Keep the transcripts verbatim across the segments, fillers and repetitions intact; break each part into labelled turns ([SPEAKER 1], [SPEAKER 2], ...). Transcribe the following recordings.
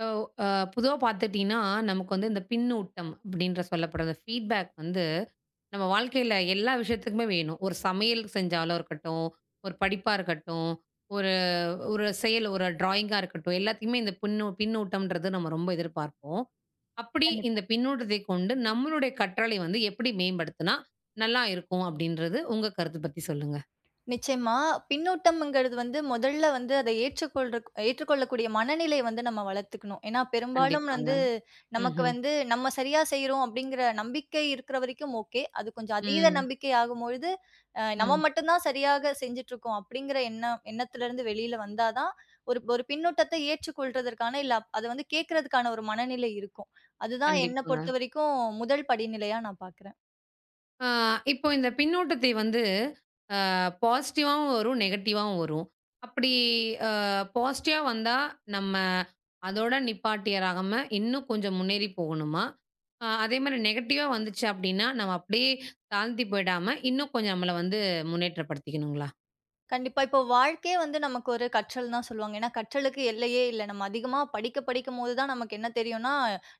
[SPEAKER 1] இப்போ அ பொதுவா பார்த்துட்டீங்கன்னா, நமக்கு வந்து இந்த பின்னூட்டம் அப்படின்ற சொல்லப்படுற அந்த ஃபீட்பேக் வந்து, நம்ம வாழ்க்கையில எல்லா விஷயத்துக்குமே வேணும். ஒரு சமையல் செஞ்சாலும் இருக்கட்டும், ஒரு படிப்பா இருக்கட்டும், ஒரு ஒரு செயல் ஒரு ட்ராயிங்கா இருக்கட்டும், எல்லாத்துக்குமே இந்த பின்னு பின்னூட்டம்ன்றது நம்ம ரொம்ப எதிர்பார்ப்போம். அப்படி இந்த
[SPEAKER 2] கண்டிப்பா.
[SPEAKER 1] பின்னூட்டத்தை கொண்டு நம்மளுடைய கற்றலை வந்து எப்படி மேம்படுத்துனா நல்லா இருக்கும் அப்படின்றது உங்க கருத்து பத்தி சொல்லுங்க.
[SPEAKER 2] நிச்சயமா. பின்னூட்டம்ங்கிறது வந்து முதல்ல வந்து அதை ஏற்றுக்கொள்றக் ஏற்றுக்கொள்ளக்கூடிய மனநிலை வந்து நம்ம வளர்த்துக்கணும். ஏன்னா பெரும்பாலும்
[SPEAKER 1] கண்டிப்பாங்க.
[SPEAKER 2] வந்து நமக்கு
[SPEAKER 1] ம்ஹ்ம்.
[SPEAKER 2] வந்து நம்ம சரியா செய்றோம் அப்படிங்கிற நம்பிக்கை இருக்கிற வரைக்கும் ஓகே. அது கொஞ்சம் அதீத
[SPEAKER 1] ம். ம்.
[SPEAKER 2] நம்பிக்கை ஆகும்பொழுது, அ நம்ம
[SPEAKER 1] ம்
[SPEAKER 2] மட்டும் தான் சரியாக செஞ்சுட்டுருக்கோம் அப்படிங்கிற எண்ணம் எண்ணத்திலிருந்து வெளியில வந்தா தான், ஒரு ஒரு பின்னூட்டத்தை ஏற்றுக்கொள்றதற்கான இல்ல அத வந்து கேட்கறதுக்கான ஒரு மனநிலை இருக்கும். அதுதான் என்ன
[SPEAKER 1] கண்டிப்பாங்க.
[SPEAKER 2] பொறுத்தவரைக்கும் முதல் படிநிலையா நான் பார்க்குறேன்.
[SPEAKER 1] அ இப்போ இந்த பின்னூட்டத்தை வந்து அ பாசிட்டிவாவும் வரும், நெகட்டிவாவும் வரும். அப்படி அ பாசிட்டிவா வந்தா, நம்ம அதோட நிப்பாட்டியராகாம இன்னும் கொஞ்சம் முன்னேறி போகணுமா? அ அதேமாரி நெகட்டிவா வந்துச்சு அப்படின்னா, நம்ம அப்படியே தாழ்த்தி போயிடாம, இன்னும் கொஞ்சம் நம்மள வந்து முன்னேற்றப்படுத்திக்கணுங்களா?
[SPEAKER 2] கண்டிப்பா. இப்போ வாழ்க்கையே வந்து நமக்கு ஒரு கற்றல் தான் சொல்லுவாங்க. ஏன்னா, கற்றலுக்கு எல்லையே இல்ல. நம்ம அதிகமா படிக்க படிக்கும்போது தான் நமக்கு என்ன தெரியும்னா,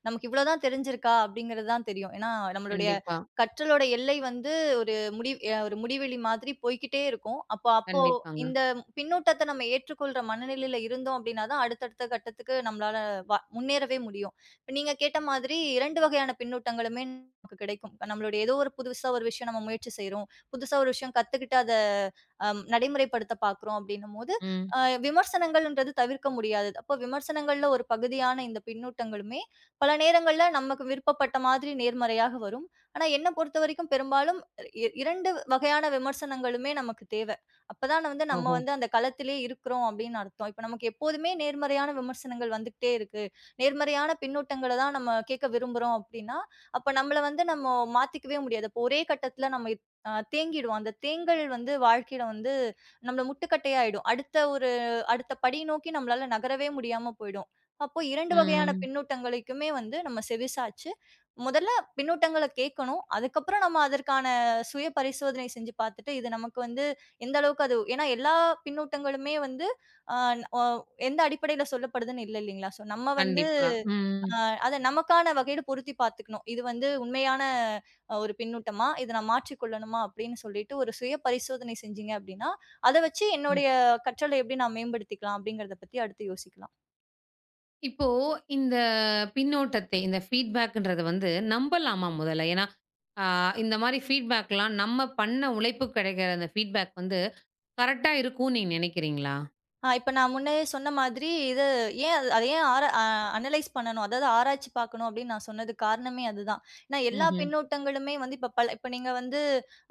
[SPEAKER 2] நமக்கு இவ்வளோ தான் தெரிஞ்சிருக்கா அப்படிங்கிறது தான் தெரியும். ஏன்னா, நம்மளுடைய ம்.
[SPEAKER 1] கண்டிப்பா,
[SPEAKER 2] கற்றலோட எல்லை வந்து ஒரு முடி அ ஒரு முடிவெளி மாதிரி போய்க்கிட்டே இருக்கும். அப்போ அப்போ
[SPEAKER 1] கண்டிப்பாங்க.
[SPEAKER 2] இந்த பின்னூட்டத்த நம்ம ஏற்றுக்கொள்ற மனநிலையில இருந்தோம் அப்படின்னா தான், அடுத்தடுத்த கட்டத்துக்கு நம்மளால வ முன்னேறவே முடியும். இப்ப நீங்க கேட்ட மாதிரி இரண்டு வகையான பின்னூட்டங்களுமே நமக்கு கிடைக்கும். நம்மளுடைய ஏதோ ஒரு புதுசா ஒரு விஷயம் நம்ம முயற்சி செய்றோம். புதுசா ஒரு விஷயம் கத்துக்கிட்டு அத அம் நடைமுறைப்படுத்த பார்க்குறோம் அப்படின்னும் போது,
[SPEAKER 1] ம்.
[SPEAKER 2] அ விமர்சனங்கள்ன்றது தவிர்க்க முடியாதது. அப்போ விமர்சனங்கள்ல ஒரு பகுதியான இந்த பின்னூட்டங்களுமே, பல நேரங்கள்ல நமக்கு விருப்பப்பட்ட மாதிரி நேர்மறையாக வரும். ஆனா என்ன பொறுத்தவரைக்கும் பெரும்பாலும் இ இரண்டு வகையான விமர்சனங்களுமே நமக்கு தேவ. அப்பதான் வந்து நம்ம
[SPEAKER 1] ஓஹோ!
[SPEAKER 2] வந்து அந்த களத்திலேயே இருக்கிறோம் அப்படின்னு அர்த்தம். இப்ப நமக்கு எப்போதுமே நேர்மறையான விமர்சனங்கள் வந்துகிட்டே இருக்கு. நேர்மறையான பின்னூட்டங்கள தான் நம்ம கேட்க விரும்புறோம் அப்படின்னா, அப்ப நம்மள வந்து நம்ம மாத்திக்கவே முடியாது. அப்போ ஒரே கட்டத்தில நம்ம அ தேங்கிடுவோம். அந்த தேங்கல் வந்து வாழ்க்கையில வந்து நம்மள முட்டுக்கட்டையாயிடும். அடுத்த ஒரு அடுத்த படி நோக்கி நம்மளால நகரவே முடியாம போயிடும். அப்போ இரண்டு ஆமா. வகையான
[SPEAKER 1] ம்.
[SPEAKER 2] பின்னூட்டங்களுக்குமே வந்து நம்ம செவிசாச்சு. முதல்ல பின்னூட்டங்கள கேட்கணும். அதுக்கப்புறம் நம்ம அதற்கான சுய பரிசோதனை செஞ்சு பார்த்துட்டு, இது நமக்கு வந்து எந்த அளவுக்கு அது ஏன்னா எல்லா பின்னூட்டங்களுமே வந்து அ, அ எந்த அடிப்படையில சொல்லப்படுதுன்னு இல்ல இல்லீங்களா? ஸோ நம்ம வந்து
[SPEAKER 1] கண்டிப்பா.
[SPEAKER 2] ஆ அத நமக்கான வகையில பொருத்தி பார்த்துக்கணும். இது வந்து உண்மையான அ ஒரு பின்னூட்டமா? இத நான் மாற்றிக்கொள்ளணுமா? அப்படின்னு சொல்லிட்டு ஒரு சுய பரிசோதனை செஞ்சீங்க அப்படின்னா, அத வச்சு
[SPEAKER 1] ம்.
[SPEAKER 2] என்னுடைய கற்றல எப்படி நான் மேம்படுத்திக்கலாம்? அப்படிங்கிறத பத்தி அடுத்து யோசிக்கலாம்.
[SPEAKER 1] இப்போ இந்த பின்னோட்டத்தை, இந்த ஃபீட்பேக்குன்றத வந்து நம்பலாமா முதல்ல? ஏன்னா, ஆ இந்த மாரி ஃபீட்பேக்லாம் நம்ம பண்ண உழைப்புக்கு கிடைக்கிற அந்த ஃபீட்பேக் வந்து கரெக்ட்டா இருக்கும்னு நீங்க நினைக்கிறீங்களா?
[SPEAKER 2] ஆ இப்ப நான் முன்னயே சொன்ன மாதிரி, இது ஏன் அது அத ஏன் ஆர அ அனலைஸ் பண்ணணும், அதாவது ஆராய்ச்சி பார்க்கணும் அப்படின்னு நான் சொன்னதுக்கு காரணமே அதுதான். ஏன்னா எல்லா
[SPEAKER 1] ம்ஹ்ம்.
[SPEAKER 2] பின்னூட்டங்களுமே வந்து இப்ப பல இப்ப நீங்க வந்து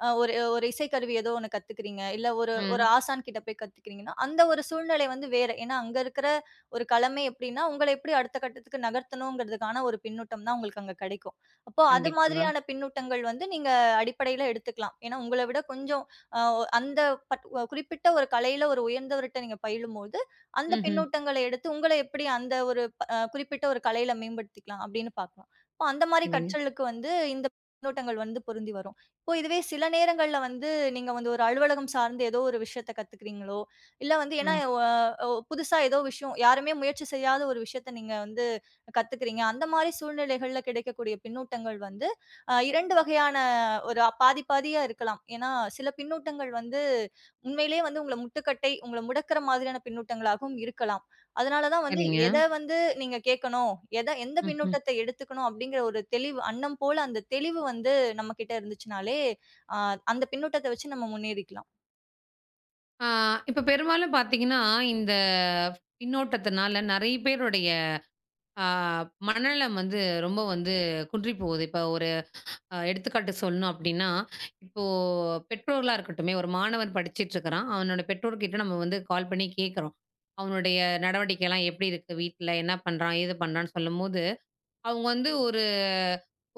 [SPEAKER 2] அ ஒரு ஒரு இசைக்கருவி ஏதோ ஒண்ணு கத்துக்கிறீங்க, இல்ல ஒரு ஒரு
[SPEAKER 1] ம்.
[SPEAKER 2] ஆசான் கிட்ட போய் கத்துக்கிறீங்கன்னா, அந்த ஒரு சூழ்நிலை வந்து வேற. ஏன்னா அங்க இருக்கிற ஒரு கலமை எப்படின்னா, உங்கள எப்படி அடுத்த கட்டத்துக்கு நகர்த்தணுங்கிறதுக்கான ஒரு பின்னூட்டம் தான் உங்களுக்கு அங்க கிடைக்கும். அப்போ அது
[SPEAKER 1] கண்டிப்பாங்க.
[SPEAKER 2] மாதிரியான பின்னூட்டங்கள் வந்து நீங்க அடிப்படையில எடுத்துக்கலாம். ஏன்னா உங்கள விட கொஞ்சம் அ அந்த பட் ஒ குறிப்பிட்ட ஒரு கலையில ஒரு உயர்ந்தவர்ட்ட நீங்க பயிலும்போது, அந்த
[SPEAKER 1] ம்ஹ்ம்.
[SPEAKER 2] பின்னூட்டங்கள எடுத்து உங்கள எப்படி அந்த ஒரு ப அ குறிப்பிட்ட ஒரு கலையில மேம்படுத்திக்கலாம் அப்படின்னு பார்க்கலாம். இப்போ அந்த மாரி
[SPEAKER 1] சரிங்க.
[SPEAKER 2] கற்றலுக்கு வந்து இந்த பின்னூட்டங்கள் வந்து பொருந்தி வரும். இப்போ இதுவே சில நேரங்கள்ல வந்து நீங்க வந்து ஒரு அலுவலகம் சார்ந்து ஏதோ ஒரு விஷயத்த கத்துக்கிறீங்களோ, இல்ல வந்து ஏன்னா
[SPEAKER 1] ம்.
[SPEAKER 2] ஒ ஒ புதுசா ஏதோ விஷயம் யாருமே முயற்சி செய்யாத ஒரு விஷயத்த நீங்க வந்து கத்துக்கிறீங்க. அந்த மாரி சூழ்நிலைகள்ல கிடைக்கக்கூடிய பின்னூட்டங்கள் வந்து அ இரண்டு வகையான ஒரு அ- பாதி பாதியா இருக்கலாம். ஏன்னா, சில பின்னூட்டங்கள் வந்து உண்மையிலேயே வந்து உங்கள முட்டுக்கட்டை, உங்கள முடக்குற மாதிரியான பின்னூட்டங்களாகவும் இருக்கலாம். அதனால தான் வந்து
[SPEAKER 1] சரிங்க.
[SPEAKER 2] எத வந்து நீங்க கேட்கணும், எத எந்த
[SPEAKER 1] ம்ஹ்ம்.
[SPEAKER 2] பின்னூட்டத்த எடுத்துக்கணும் அப்படிங்கிற ஒரு தெளிவு அன்னம் போல அந்த தெளிவு வந்து நம்மகிட்ட இருந்துச்சுனாலே, அ அந்த பின்னூட்டத்த வச்சு நம்ம முன்னேறிக்கலாம்.
[SPEAKER 1] ஆ இப்ப பெரும்பாலும் பார்த்தீங்கன்னா, இந்த பின்னோட்டத்தினால நெறைய பேருடைய ஆ மனநலம் வந்து ரொம்ப வந்து குன்றி போகுது. இப்ப ஒரு அ எடுத்துக்காட்டு சொல்லணும் அப்படின்னா, இப்போ பெற்றோர்களா இருக்கட்டுமே, ஒரு மாணவன் படிச்சுட்டு இருக்கிறான். அவனோட பெற்றோர்கிட்ட நம்ம வந்து கால் பண்ணி கேட்கிறோம். அவனுடைய நடவடிக்கைலாம் எப்படி இருக்கு வீட்ல? என்ன பண்றான்? ஏது பண்றான்னு சொல்லும்போது, அவங்க வந்து ஒரு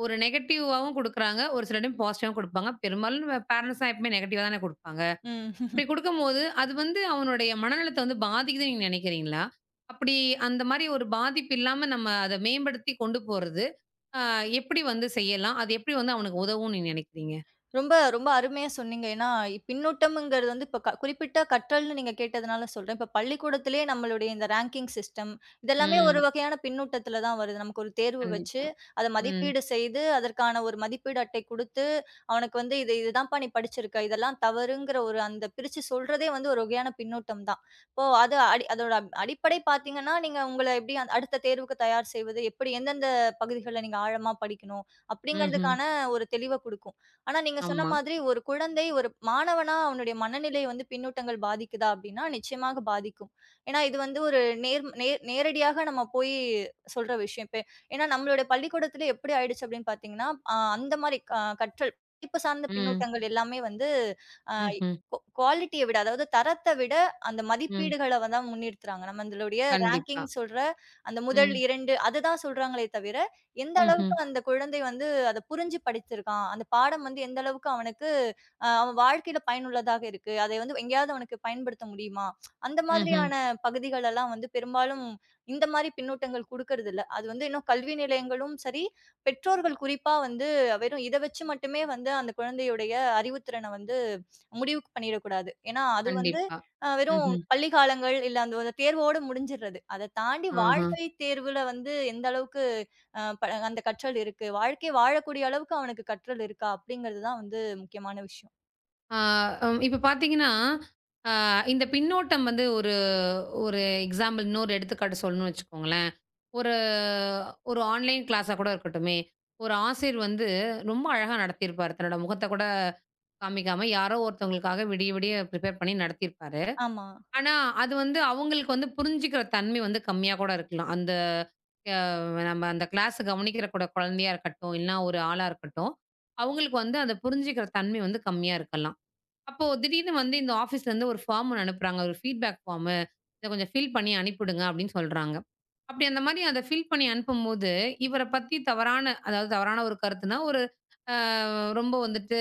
[SPEAKER 1] ஒரு நெகட்டிவாவும் குடுக்குறாங்க. ஒரு சில டைம் பாசிட்டிவாவும் குடுப்பாங்க. பெரும்பாலும் நம்ம பேரண்ட்ஸ்லாம் எப்பவுமே நெகட்டிவா தானே குடுப்பாங்க.
[SPEAKER 2] ம்.
[SPEAKER 1] அப்படி குடுக்கும்போது, அது வந்து அவனுடைய மனநலத்த வந்து பாதிக்குதுன்னு நீங்க நினைக்கிறீங்களா? அப்படி அந்த மாரி ஒரு பாதிப்பு இல்லாம நம்ம அத மேம்படுத்தி கொண்டு போறது, அ எப்படி வந்து செய்யலாம்? அது எப்படி வந்து அவனுக்கு உதவும்னு நீங்க நினைக்கிறீங்க?
[SPEAKER 2] ரொம்ப, ரொம்ப அருமையா சொன்னீங்க. ஏன்னா, இ- பின்னூட்டம்ங்கிறது வந்து இப்ப க குறிப்பிட்ட கற்றல்னு நீங்க கேட்டதுனால சொல்றேன். இப்ப பள்ளிக்கூடத்திலேயே நம்மளுடைய இந்த ரேங்கிங் சிஸ்டம், இதெல்லாமே ஒரு
[SPEAKER 1] ம்.
[SPEAKER 2] வகையான பின்னூட்டத்தில தான் வருது. நமக்கு ஒரு தேர்வு வச்சு,
[SPEAKER 1] கண்டிப்பா.
[SPEAKER 2] அத
[SPEAKER 1] ம்.
[SPEAKER 2] மதிப்பீடு செய்து, அதற்கான ஒரு மதிப்பீடு அட்டை குடுத்து, அவனுக்கு வந்து இது இதுதான்ப்பா நீ படிச்சிருக்க. இதெல்லாம் தவறுங்கிற ஒரு அந்த பிரிச்சு சொல்றதே வந்து ஒரு வகையான பின்னூட்டம் தான். இப்போ அது அடி அதோட அப்- அடிப்படை பார்த்தீங்கன்னா, நீங்க உங்கள எப்படி அந்த அடுத்த தேர்வுக்கு தயார் செய்வது, எப்படி எந்தெந்த பகுதிகள்ல நீங்க ஆழமா படிக்கணும்,
[SPEAKER 1] ம்ஹ்ம்.
[SPEAKER 2] அப்படிங்கிறதுக்கான ஒரு தெளிவ குடுக்கும். ஆனா நீங்க சொன்ன
[SPEAKER 1] ஆமா.
[SPEAKER 2] மாதிரி ஒரு குழந்தை ஒரு மாணவனா அவனுடைய மனநிலை வந்து பின்னூட்டங்கள் பாதிக்குதா அப்படின்னா நிச்சயமாக பாதிக்கும். ஏன்னா இது வந்து ஒரு நேர் நேர் நேரடியாக நம்ம போய் சொல்ற விஷயம். இப்ப ஏன்னா நம்மளுடைய பள்ளிக்கூடத்துல எப்படி ஆயிடுச்சு அப்படின்னு பார்த்தீங்கன்னா, அ அந்த மாரி க கற்றல் படிப்பு சார்ந்த
[SPEAKER 1] ம்.
[SPEAKER 2] பின்னூட்டங்கள் எல்லாமே வந்து அ
[SPEAKER 1] ம்ஹ்ம்.
[SPEAKER 2] குவா குவாலிட்டிய விட அதாவது தரத்த விட அந்த
[SPEAKER 1] ம்.
[SPEAKER 2] மதிப்பீடுகள தான் முன்னிறுத்துறாங்க. நம்ம அதனுடைய
[SPEAKER 1] கண்டிப்பா.
[SPEAKER 2] ரேங்கிங் சொல்ற அந்த முதல்
[SPEAKER 1] ம்.
[SPEAKER 2] இரண்டு அதுதான் சொல்றாங்களே தவிர, எந்த
[SPEAKER 1] ம்ஹ்ம்.
[SPEAKER 2] அளவுக்கு அந்த குழந்தை வந்து அத புரிஞ்சு படிச்சிருக்கான்? அந்த பாடம் வந்து எந்த அளவுக்கு அவனுக்கு அ அவன் வாழ்க்கையில பயனுள்ளதாக இருக்கு? அதை வந்து எங்கேயாவது அவனுக்கு பயன்படுத்த முடியுமா? அந்த
[SPEAKER 1] ம்ஹ்ம்.
[SPEAKER 2] மாதிரியான பகுதிகள் எல்லாம் வந்து பெரும்பாலும் இந்த மாரி பின்னூட்டங்கள் குடுக்கறதில்ல. அது வந்து இன்னும் கல்வி நிலையங்களும் சரி, பெற்றோர்கள் குறிப்பா வந்து வெறும் இத வச்சு மட்டுமே வந்து அந்த குழந்தையுடைய அறிவுத்திறன வந்து முடிவுக்கு பண்ணிடக்கூடாது. ஏன்னா, அது வந்து
[SPEAKER 1] கண்டிப்பா.
[SPEAKER 2] அ வெறும்
[SPEAKER 1] ம்ஹ்ம்.
[SPEAKER 2] பள்ளி காலங்கள், இல்ல அந்த ஒரு தேர்வோட முடிஞ்சிடுறது. அத தாண்டி
[SPEAKER 1] ஆஹா.
[SPEAKER 2] வாழ்க்கை தேர்வுல வந்து எந்த அளவுக்கு அ ப அந்த கற்றல் இருக்கு. வாழ்க்கை வாழக்கூடிய அளவுக்கு அவனுக்கு கற்றல் இருக்கா? அப்படிங்கிறது தான் வந்து முக்கியமான விஷயம்.
[SPEAKER 1] ஆ அம் இப்ப பார்த்தீங்கன்னா, ஆ இந்த பின்னோட்டம் வந்து ஒரு ஒரு எக்ஸாம்பிள் இன்னொரு எடுத்துக்காட்டு சொல்லணும்னு வச்சுக்கோங்களேன். ஒரு ஒரு ஆன்லைன் கிளாஸா கூட இருக்கட்டுமே! ஒரு ஆசிரியர் வந்து ரொம்ப அழகா நடத்தியிருப்பாரு. தன்னோட முகத்த கூட காமிக்காம யாரோ ஒருத்தவங்களுக்காக விடிய விடிய ப்ரிப்பேர் பண்ணி நடத்தியிருப்பாரு.
[SPEAKER 2] ஆமா.
[SPEAKER 1] ஆனா, அது வந்து அவங்களுக்கு வந்து புரிஞ்சுக்கிற தன்மை வந்து கம்மியா கூட இருக்கலாம். அந்த அ நம்ம அந்த கிளாஸ கவனிக்கிற கூட குழந்தையா இருக்கட்டும், இல்லனா ஒரு ஆளா இருக்கட்டும், அவங்களுக்கு வந்து அத புரிஞ்சுக்கிற தன்மை வந்து கம்மியா இருக்கலாம். அப்போ திடீர்னு வந்து இந்த ஆஃபீஸ்லேருந்து ஒரு ஃபார்ம் ஒண்ணு அனுப்புறாங்க. ஒரு ஃபீட்பேக் ஃபார்மு. இத கொஞ்சம் ஃபில் பண்ணி அனுப்பிடுங்க அப்படின்னு சொல்றாங்க. அப்படி அந்த மாரி அத ஃபில் பண்ணி அனுப்பும்போது, இவர பத்தி தவறான அதாவது தவறான ஒரு கருத்துனா, ஒரு அ ரொம்ப வந்துட்டு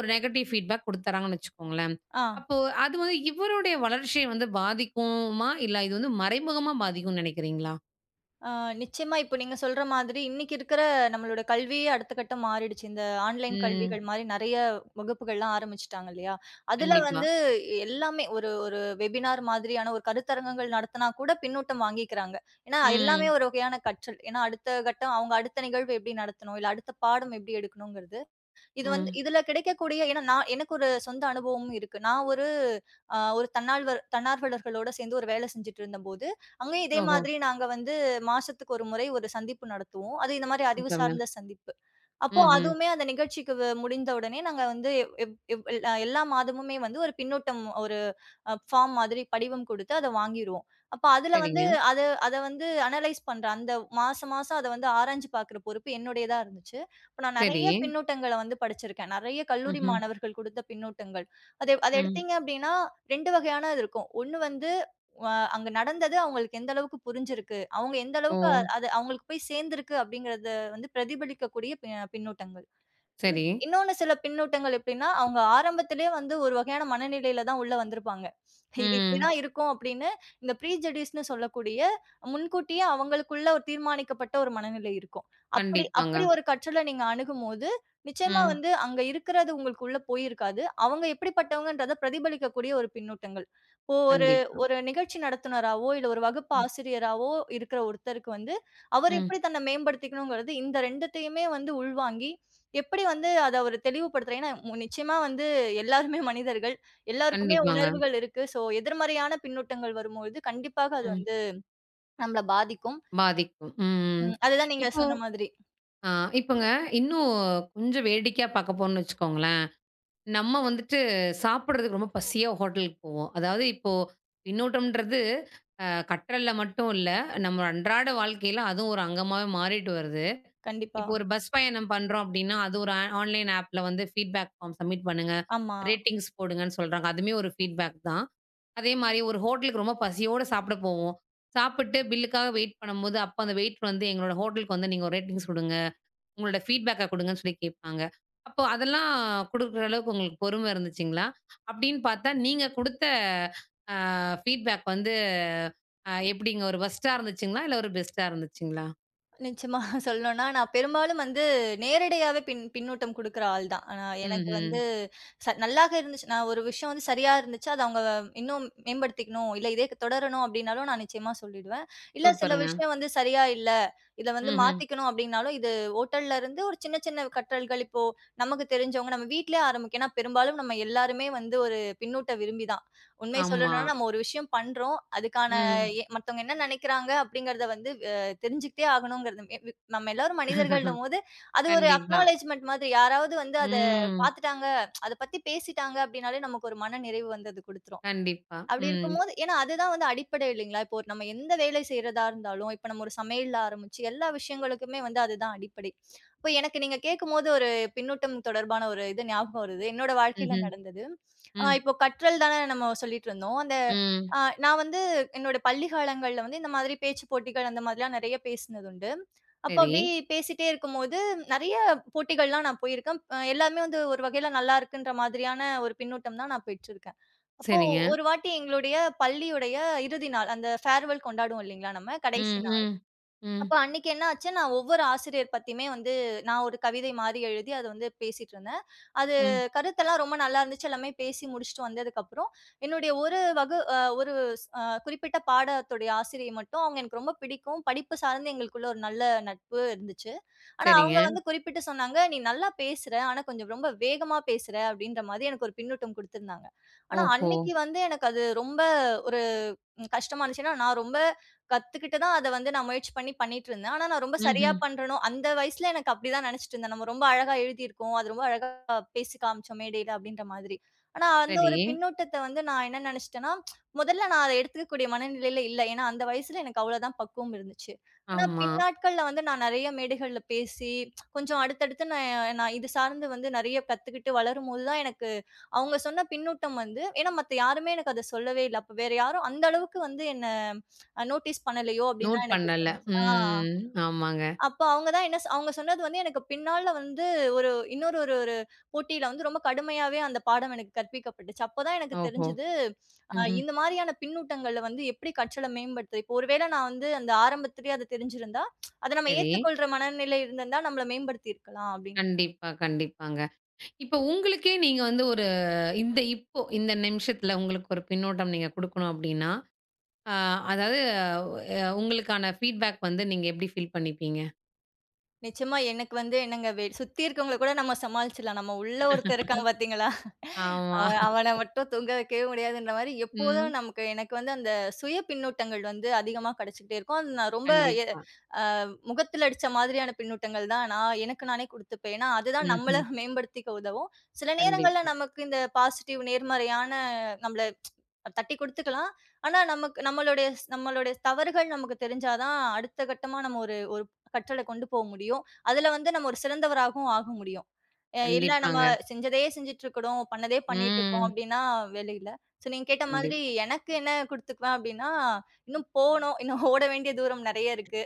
[SPEAKER 1] ஒரு நெகட்டிவ் ஃபீட்பேக் குடுத்துர்றாங்கன்னு வச்சுக்கோங்களேன்.
[SPEAKER 2] ஆ.
[SPEAKER 1] அப்போ அது வந்து இவருடைய வளர்ச்சிய வந்து பாதிக்குமா? இல்ல இது வந்து மறைமுகமா பாதிக்கும்னு நெனைக்கிறீங்களா?
[SPEAKER 2] ஆ நிச்சயமா இப்போ நீங்க சொல்ற மாதிரி இன்னைக்கு இருக்கிற நம்மளோட கல்வியே அடுத்த கட்டம் மாறிடுச்சு. இந்த ஆன்லைன்
[SPEAKER 1] ம்.
[SPEAKER 2] கல்விகள் மாரி நெறைய வகுப்புகள்லாம் ஆரம்பிச்சுட்டாங்க இல்லையா? அதுல
[SPEAKER 1] கண்டிப்பா.
[SPEAKER 2] வந்து எல்லாமே ஒரு ஒரு வெபினார் மாதிரியான ஒரு கருத்தரங்கங்கள் நடத்தினா கூட பின்னூட்டம் வாங்கிக்கிறாங்க. ஏன்னா எல்லாமே
[SPEAKER 1] ம்.
[SPEAKER 2] ஒரு வகையான கற்றல். ஏன்னா அடுத்த கட்டம் அவங்க அடுத்த நிகழ்வு எப்படி நடத்தணும்? இல்ல அடுத்த பாடம் எப்படி எடுக்கணுங்கிறது. இது வந்து
[SPEAKER 1] ம்.
[SPEAKER 2] இதுல கிடைக்கக்கூடிய ஏன்னா நான் எனக்கு ஒரு சொந்த அனுபவமும் இருக்கு. நான் ஒரு அ ஒரு தன்னால்வர் தன்னார்வலர்களோட சேர்ந்து ஒரு வேலை செஞ்சுட்டு இருந்தபோது, அங்கேயும் இதே
[SPEAKER 1] ஓஹோ!
[SPEAKER 2] மாதிரி நாங்க வந்து மாசத்துக்கு ஒரு முறை ஒரு சந்திப்பு நடத்துவோம். அது இந்த மாரி அறிவு
[SPEAKER 1] சூப்பருங்க.
[SPEAKER 2] சார்ந்த சந்திப்பு. அப்போ
[SPEAKER 1] ம்ஹ்ம்.
[SPEAKER 2] அதுவுமே அந்த நிகழ்ச்சிக்கு வ முடிந்த உடனே நாங்க வந்து எவ் எவ் எல் எல்லா மாதமுமே வந்து ஒரு பின்னூட்டம் ஒரு அ ஃபார்ம் மாதிரி படிவம் கொடுத்து அத வாங்கிருவோம். அப்ப அதுல வந்து
[SPEAKER 1] சரிங்க.
[SPEAKER 2] அத அத வந்து அனலைஸ் பண்ற அந்த மாசம் மாசம் அத வந்து ஆராய்ஞ்சு பார்க்குற பொறுப்பு என்னுடையதா இருந்துச்சு. அப்ப நான்
[SPEAKER 1] சரி.
[SPEAKER 2] நெறைய பின்னூட்டங்கள வந்து படிச்சிருக்கேன். நெறைய கல்லூரி
[SPEAKER 1] ம்ஹ்ம்.
[SPEAKER 2] மாணவர்கள் கொடுத்த பின்னூட்டங்கள். அது அத
[SPEAKER 1] ம்.
[SPEAKER 2] எடுத்தீங்க அப்டின்னா இரண்டு வகையான இது இருக்கும். ஒண்ணு வந்து அ அங்க நடந்தது அவங்களுக்கு எந்த அளவுக்கு புரிஞ்சிருக்கு, அவங்க எந்த
[SPEAKER 1] ஓ!
[SPEAKER 2] அளவுக்கு அ- அது அவங்களுக்கு போய் சேர்ந்திருக்கு அப்டிங்கிறத வந்து பிரதிபலிக்கக்கூடிய பி பின்னூட்டங்கள்.
[SPEAKER 1] சரி.
[SPEAKER 2] இன்னொன்னு சில பின்னூட்டங்கள் எப்படின்னா, அவங்க ஆரம்பத்திலேயே வந்து ஒரு வகையான மனநிலையில தான் உள்ள வந்திருப்பாங்க. இது
[SPEAKER 1] ம்.
[SPEAKER 2] இப்படிதான் இருக்கும் அப்படின்னு இந்த ப்ரீஜுடியூஸ்ன்னு சொல்லக்கூடிய முன்கூட்டியே அவங்களுக்குள்ள ஒரு தீர்மானிக்கப்பட்ட ஒரு மனநிலை இருக்கும். அப்படி
[SPEAKER 1] கண்டிப்பாங்க.
[SPEAKER 2] அப்படி ஒரு கற்றல நீங்க அணுகும்போது, நிச்சயமா
[SPEAKER 1] ம்.
[SPEAKER 2] வந்து அங்க இருக்கிறது உங்களுக்கு உள்ள போயிருக்காது. அவங்க எப்படிப்பட்டவங்கன்றத பிரதிபலிக்கக்கூடிய ஒரு பின்னூட்டங்கள். இப்போ ஒரு
[SPEAKER 1] கண்டிப்பா.
[SPEAKER 2] ஒரு நிகழ்ச்சி நடத்துனராவோ, இல்ல ஒரு வகுப்பு
[SPEAKER 1] ம்.
[SPEAKER 2] ஆசிரியராவோ இருக்கிற ஒருத்தருக்கு வந்து, அவர்
[SPEAKER 1] ம்.
[SPEAKER 2] எப்படி தன்னை மேம்படுத்திக்கணுங்கிறது இந்த இரண்டையுமே வந்து உள்வாங்கி எப்படி வந்து அத அவரு தெளிவுபடுத்துறாரு? ஏன்னா, மு நிச்சயமா வந்து எல்லாருமே மனிதர்கள். எல்லாருக்குமே
[SPEAKER 1] கண்டிப்பாங்க.
[SPEAKER 2] உணர்வுகள் இருக்கு. ஸோ, எதிர்மறையான பின்னூட்டங்கள் வரும்பொழுது, கண்டிப்பாக அது
[SPEAKER 1] ம்.
[SPEAKER 2] வந்து நம்மள பாதிக்கும்.
[SPEAKER 1] பாதிக்கும். ம்.
[SPEAKER 2] ம். அதுதான் நீங்க
[SPEAKER 1] இப்போ
[SPEAKER 2] சொன்ன மாதிரி.
[SPEAKER 1] அ இப்போங்க இன்னும் கொஞ்சம் வேடிக்கையா பாக்க போறோம்னு வச்சுக்கோங்களேன். நம்ம வந்துட்டு சாப்பிடுறதுக்கு ரொம்ப பசியா ஹோட்டலுக்கு போவோம். அதாவது இப்போ பின்னூட்டம்ன்றது அ கற்றல்ல மட்டும் இல்ல, நம்ம அன்றாட வாழ்க்கையில அதுவும் ஒரு அங்கமாவே மாறிட்டு வருது.
[SPEAKER 2] கண்டிப்பா.
[SPEAKER 1] இப்போ ஒரு பஸ் பயணம் பண்றோம் அப்படின்னா, அது ஒரு ஆ ஆன்லைன் ஆப்ல வந்து ஃபீட்பேக் ஃபார்ம் சப்மிட் பண்ணுங்க,
[SPEAKER 2] ஆமா.
[SPEAKER 1] ரேட்டிங்ஸ் போடுங்கன்னு சொல்றாங்க. அதுவுமே ஒரு ஃபீட்பேக் தான். அதே மாரி ஒரு ஹோட்டலுக்கு ரொம்ப பசியோட சாப்பிட போவோம். சாப்பிட்டு பில்லுக்காக வெயிட் பண்ணும்போது, அப்ப அந்த வெயிட் வந்து எங்களோட ஹோட்டலுக்கு வந்து நீங்க ஒரு ரேட்டிங்ஸ் குடுங்க. உங்களோட ஃபீட்பேக்க குடுங்கன்னு சொல்லி கேட்பாங்க. அப்போ அதெல்லாம் குடுக்குற அளவுக்கு உங்களுக்கு பொறுமை இருந்துச்சுங்களா? அப்படின்னு பார்த்தா நீங்க குடுத்த அ ஃபீட்பேக் வந்து அ எப்படிங்க? ஒரு வொர்ஸ்ட்டா இருந்துச்சுங்களா? இல்ல ஒரு பெஸ்ட்டா இருந்துச்சுங்களா?
[SPEAKER 2] நிச்சயமா சொல்லணும்னா, நான் பெரும்பாலும் வந்து நேரடியாவே பின் பின்னூட்டம் குடுக்குற ஆள் தான். ஆனா எனக்கு
[SPEAKER 1] ம்ஹ்ம்.
[SPEAKER 2] வந்து ச நல்லாக இருந்துச்சு நான் ஒரு விஷயம் வந்து சரியா இருந்துச்சு, அத அவங்க இன்னும் மேம்படுத்திக்கணும், இல்ல இதே தொடரணும் அப்டின்னாலும் நான் நிச்சயமா சொல்லிடுவேன். இல்ல சில
[SPEAKER 1] சூப்பருங்க.
[SPEAKER 2] விஷயம் வந்து சரியா இல்ல, இத வந்து
[SPEAKER 1] ம்ஹ்ம்.
[SPEAKER 2] மாத்திக்கணும் அப்டின்னாலும், இது ஹோட்டல்ல இருந்து ஒரு சின்ன சின்ன கற்றல்கள் இப்போ நமக்கு தெரிஞ்சவங்க நம்ம வீட்லயே ஆரம்பிக்கும். ஏன்னா பெரும்பாலும் நம்ம எல்லாருமே வந்து ஒரு பின்னூட்ட விரும்பி தான். உண்மைய
[SPEAKER 1] ஆமா.
[SPEAKER 2] சொல்லணும்னா நம்ம ஒரு விஷயம் பண்றோம், அதுக்கான
[SPEAKER 1] ம்.
[SPEAKER 2] எ மத்தவங்க என்ன நெனைக்கிறாங்க அப்டிங்கிறத வந்து தெரிஞ்சுக்கிட்டே ஆகணுங்கிறது மே வி நம்ம எல்லாரும் மனிதர்கள்ன்னும்போது, அது ஒரு
[SPEAKER 1] கண்டிப்பா.
[SPEAKER 2] அக்னாலெட்ஜ்மெண்ட் மாதிரி. யாராவது வந்து அத
[SPEAKER 1] ம்.
[SPEAKER 2] பாத்துட்டாங்க, அத பத்தி பேசிட்டாங்க அப்டின்னாலே நமக்கு ஒரு மன நிறைவு வந்து அது குடுத்துரும்.
[SPEAKER 1] கண்டிப்பா.
[SPEAKER 2] அப்படி
[SPEAKER 1] ம்.
[SPEAKER 2] இருக்கும்போது ஏன்னா அதுதான் வந்து அடிப்படை இல்லைங்களா? இப்போ ஒரு நம்ம எந்த வேலை செய்றதா இருந்தாலும், இப்ப நம்ம ஒரு சமையல்ல ஆரம்பிச்சு எல்லா விஷயங்களுக்குமே வந்து அதுதான் அடிப்படை. அப்ப எனக்கு நீங்க கேட்கும்போது ஒரு பின்னூட்டம் தொடர்பான ஒரு இது ஞாபகம் வருது. என்னோட வாழ்க்கையில
[SPEAKER 1] ம்ஹ்ம்.
[SPEAKER 2] நடந்தது. அ
[SPEAKER 1] ம்.
[SPEAKER 2] இப்போ கற்றல் தானே நம்ம சொல்லிட்டு இருந்தோம். அந்த
[SPEAKER 1] ம்.
[SPEAKER 2] அ நான் வந்து என்னோட பள்ளி காலங்கள்ல வந்து இந்த மாதிரி பேச்சு போட்டிகள் அந்த மாதிரிலாம் நெறைய பேசினது உண்டு. அப்போ
[SPEAKER 1] சரி.
[SPEAKER 2] அப்படியே பேசிட்டே இருக்கும்போது நெறைய போட்டிகள்லாம் நான் போயிருக்கேன். அ எல்லாமே வந்து ஒரு வகையில நல்லா இருக்குன்ற மாதிரியான ஒரு பின்னூட்டம் தான் நான் பெற்றிருக்கேன். அப்போ
[SPEAKER 1] சரிங்க.
[SPEAKER 2] ஒரு வாட்டி எங்களுடைய பள்ளியுடைய இறுதி நாள், அந்த ஃபேர்வெல் கொண்டாடுவோம் இல்லீங்களா நம்ம கடைசி
[SPEAKER 1] ம்.
[SPEAKER 2] நாள்.
[SPEAKER 1] ம். ம்.
[SPEAKER 2] அப்ப அன்னைக்கு என்ன ஆச்சு, நான் ஒவ்வொரு ஆசிரியர் பத்தியுமே வந்து நான் ஒரு கவிதை மாரி எழுதி அத வந்து பேசிட்டு இருந்தேன். அது
[SPEAKER 1] ம்.
[SPEAKER 2] கருத்தெல்லாம் ரொம்ப நல்லா இருந்துச்சு. எல்லாமே பேசி முடிச்சுட்டு வந்ததுக்கப்புறம், என்னுடைய ஒரு வகு அ ஒரு ஸ் அ குறிப்பிட்ட பாடத்துடைய ஆசிரியை மட்டும் அவங்க எனக்கு ரொம்ப பிடிக்கும். படிப்பு சார்ந்து எங்களுக்குள்ள ஒரு நல்ல நட்பு இருந்துச்சு. ஆனா
[SPEAKER 1] சரிங்க.
[SPEAKER 2] அவங்க வந்து குறிப்பிட்டு சொன்னாங்க, "நீ நல்லா பேசுற. ஆனா கொஞ்சம் ரொம்ப வேகமா பேசுற." அப்படின்ற மாரி எனக்கு ஒரு பின்னூட்டம் குடுத்திருந்தாங்க. ஆனா
[SPEAKER 1] ஓஹோ!
[SPEAKER 2] அன்னைக்கு வந்து எனக்கு அது ரொம்ப ஒரு ம் கஷ்டமா இருந்துச்சுன்னா, நான் ரொம்ப கத்துக்கிட்டு தான் அத வந்து நான் முயற்சி பண்ணி பண்ணிட்டு இருந்தேன். ஆனா, நான் ரொம்ப சரியா
[SPEAKER 1] ம்ஹ்ம்.
[SPEAKER 2] பண்றேனோ அந்த வயசுல எனக்கு அப்படிதான் நெனச்சுட்டு இருந்தேன். நம்ம ரொம்ப அழகா எழுதியிருக்கோம். அது ரொம்ப அழகா பேசி காமிச்சோம் மேடையில அப்படின்ற மாதிரி. ஆனா, அந்த
[SPEAKER 1] சரி.
[SPEAKER 2] ஒரு பின்னூட்டத்த வந்து நான் என்ன நெனச்சுட்டேன்னா, முதல்ல நான் அத எடுத்துக்கக்கூடிய மனநிலையில இல்ல. ஏன்னா, அந்த வயசுல எனக்கு அவ்வளோதான் பக்குவம் இருந்துச்சு. ஆனா,
[SPEAKER 1] ஆமா.
[SPEAKER 2] பின்னாட்கள்ல வந்து நான் நெறைய மேடைகள்ல பேசி, கொஞ்சம் அடுத்தடுத்து நான் நான் இது சார்ந்து வந்து நெறைய கத்துக்கிட்டு வளரும்போது தான் எனக்கு அவங்க சொன்ன பின்னூட்டம் வந்து ஏன்னா மத்த யாருமே எனக்கு அத சொல்லவே இல்ல. அப்ப வேற யாரும் அந்த அளவுக்கு வந்து என்ன அ நோட்டீஸ் பண்ணலையோ! அப்டின்னு
[SPEAKER 1] நோட்
[SPEAKER 2] தான் எனக்கு
[SPEAKER 1] பண்ணல.
[SPEAKER 2] தோணுச்சு. ஆ.
[SPEAKER 1] ம். ஆமாங்க.
[SPEAKER 2] அப்ப அவங்க தான் என்ன சொ அவங்க சொன்னது வந்து எனக்கு பின்னால வந்து ஒரு இன்னொரு ஒரு ஒரு போட்டியில வந்து ரொம்ப கடுமையாவே அந்த பாடம் எனக்கு கற்பிக்கப்பட்டுச்சு. அப்பதான் எனக்கு
[SPEAKER 1] ஓஹோ!
[SPEAKER 2] தெரிஞ்சது, அ
[SPEAKER 1] ம்ஹ்ம்.
[SPEAKER 2] இந்த மாரியான பின்னூட்டங்கள்ல வந்து எப்படி கற்றல மேம்படுத்துது. இப்போ ஒருவேளை நான் வந்து அந்த ஆரம்பத்திலேயே அது தெரிஞ்சிருந்தா, அத நம்ம
[SPEAKER 1] சரி.
[SPEAKER 2] ஏத்துக்கொள்ற மனநிலை இருந்திருந்தா நம்மள மேம்படுத்தியிருக்கலாம் அப்டின்னு.
[SPEAKER 1] கண்டிப்பா, கண்டிப்பாங்க. இப்ப உங்களுக்கே நீங்க வந்து ஒரு இந்த இப்போ இந்த நிமிஷத்துல உங்களுக்கு ஒரு பின்னூட்டம் நீங்க குடுக்கணும் அப்டின்னா, அ அதாவது அ உங்களுக்கான ஃபீட்பேக் வந்து நீங்க எப்டி ஃபீல் பண்ணிப்பீங்க?
[SPEAKER 2] நிச்சயமா எனக்கு வந்து என்னங்க வெ சுத்தி இருக்கவங்கள கூட நம்ம சமாளிச்சுடலாம். நம்ம உள்ள ஒருத்தன் இருக்கான் பார்த்தீங்களா?
[SPEAKER 1] ஆமா.
[SPEAKER 2] அவன் அவன மட்டும் தூங்க வைக்கவே முடியாதுன்ற மாரி எப்போதும்
[SPEAKER 1] ம்.
[SPEAKER 2] நமக்கு எனக்கு வந்து அந்த சுய பின்னூட்டங்கள் வந்து அதிகமா கிடைச்சுக்கிட்டே இருக்கும். அது நான் ரொம்ப
[SPEAKER 1] கண்டிப்பா.
[SPEAKER 2] முகத்துல அடிச்ச மாதிரியான பின்னூட்டங்கள் தான் நான் எனக்கு நானே குடுத்துப்பேன். ஏன்னா, அதுதான் நம்மள
[SPEAKER 1] ம்ஹ்ம்.
[SPEAKER 2] மேம்படுத்திக்க உதவும். சில நேரங்கள்ல
[SPEAKER 1] கண்டிப்பா.
[SPEAKER 2] நமக்கு இந்த பாசிட்டிவ் நேர்மறையான நம்மள தட்டி குடுத்துக்கலாம். ஆனா, நமக்கு நம்மளுடைய நம்மளுடைய தவறுகள் நமக்கு தெரிஞ்சா தான் அடுத்த கட்டமா நம்ம ஒரு ஒரு கற்றல கொண்டு போ முடியும். அதுல வந்து நம்ம ஒரு சிறந்தவராகவும் ஆக முடியும். அ இல்ல நம்ம
[SPEAKER 1] கண்டிப்பாங்க.
[SPEAKER 2] செஞ்சதே செஞ்சுட்டு இருக்கிறோம், பண்ணதே பண்ணிட்டு இருக்கோம்
[SPEAKER 1] ம்.
[SPEAKER 2] அப்டின்னா வேலை இல்ல. ஸோ நீங்க கேட்ட மாதிரி
[SPEAKER 1] கண்டிப்பா.
[SPEAKER 2] எனக்கு என்ன குடுத்துக்குவேன் அப்டின்னா, இன்னும் போணும். இன்னும் ஓட வேண்டிய தூரம் நெறைய இருக்கு.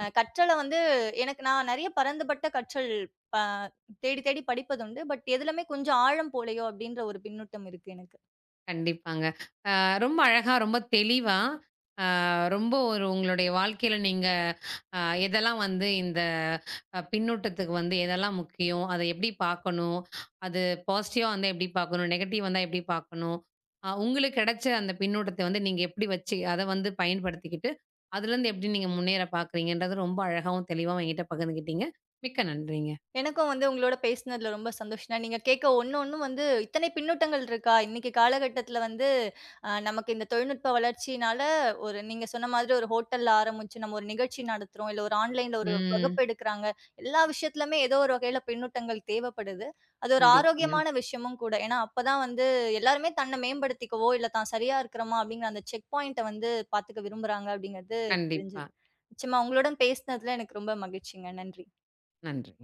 [SPEAKER 2] அ கற்றல வந்து எனக்கு நான் நெறைய பரந்துபட்ட கற்றல் ப தேடி தேடி படிப்பதுண்டு. பட் எதுலமே கொஞ்சம் ஆழம் போலயோ! அப்பிடின்ற ஒரு பின்னூட்டம் இருக்கு எனக்கு.
[SPEAKER 1] கண்டிப்பாங்க. ரொம்ப அழகா, ரொம்ப தெளிவா, அ ரொம்ப ஒரு உங்களுடைய வாழ்க்கையில நீங்க அ எதெல்லாம் வந்து இந்த அ பின்னூட்டத்துக்கு வந்து எதெல்லாம் முக்கியம்? அத எப்படி பார்க்கணும்? அது பாசிட்டிவா வந்தா எப்படி பார்க்கணும்? நெகட்டிவ் வந்தா எப்படி பார்க்கணும்? அ உங்களுக்கு கிடைச்ச அந்த பின்னூட்டத்த வந்து நீங்க எப்படி வச்சு அத வந்து பயன்படுத்திக்கிட்டு, அதுலருந்து எப்படி நீங்க முன்னேற பார்க்குறீங்கன்றது ரொம்ப அழகாவும், தெளிவாவும் என்கிட்ட பகிர்ந்துக்கிட்டீங்க. மிக்க நன்றிங்க.
[SPEAKER 2] எனக்கும் வந்து உங்களோட பேசினதுல ரொம்ப சந்தோஷம்னா, நீங்க கேட்க ஒண்ணு ஒண்ணும் வந்து இத்தனை பின்னூட்டங்கள் இருக்கா? இன்னைக்கு காலகட்டத்தில வந்து அ நமக்கு இந்த தொழில்நுட்ப வளர்ச்சியினால ஒரு நீங்க சொன்ன மாதிரி ஒரு ஹோட்டல்ல ஆரம்பிச்சு, நம்ம ஒரு நிகழ்ச்சி நடத்துறோம். இல்ல ஒரு ஆன்லைன்ல ஒரு
[SPEAKER 1] ம்.
[SPEAKER 2] வகுப்பு எடுக்குறாங்க. எல்லா விஷயத்திலுமே ஏதோ ஒரு வகையில பின்னூட்டங்கள் தேவைப்படுது. அது ஒரு
[SPEAKER 1] கண்டிப்பாங்க.
[SPEAKER 2] ஆரோக்கியமான விஷயமும் கூட. ஏன்னா, அப்பதான் வந்து எல்லாருமே தன்னை மேம்படுத்திக்கவோ, இல்ல தான் சரியா இருக்கிறோமா அப்படிங்கிற அந்த செக் பாயிண்ட்ட வந்து பார்த்துக்க விரும்புறாங்க அப்படிங்கிறது
[SPEAKER 1] கண்டிப்பா.
[SPEAKER 2] தெரிஞ்சது. நிச்சயமா உங்களுடன் பேசினதுல எனக்கு ரொம்ப மகிழ்ச்சிங்க. நன்றி.
[SPEAKER 1] நன்றி.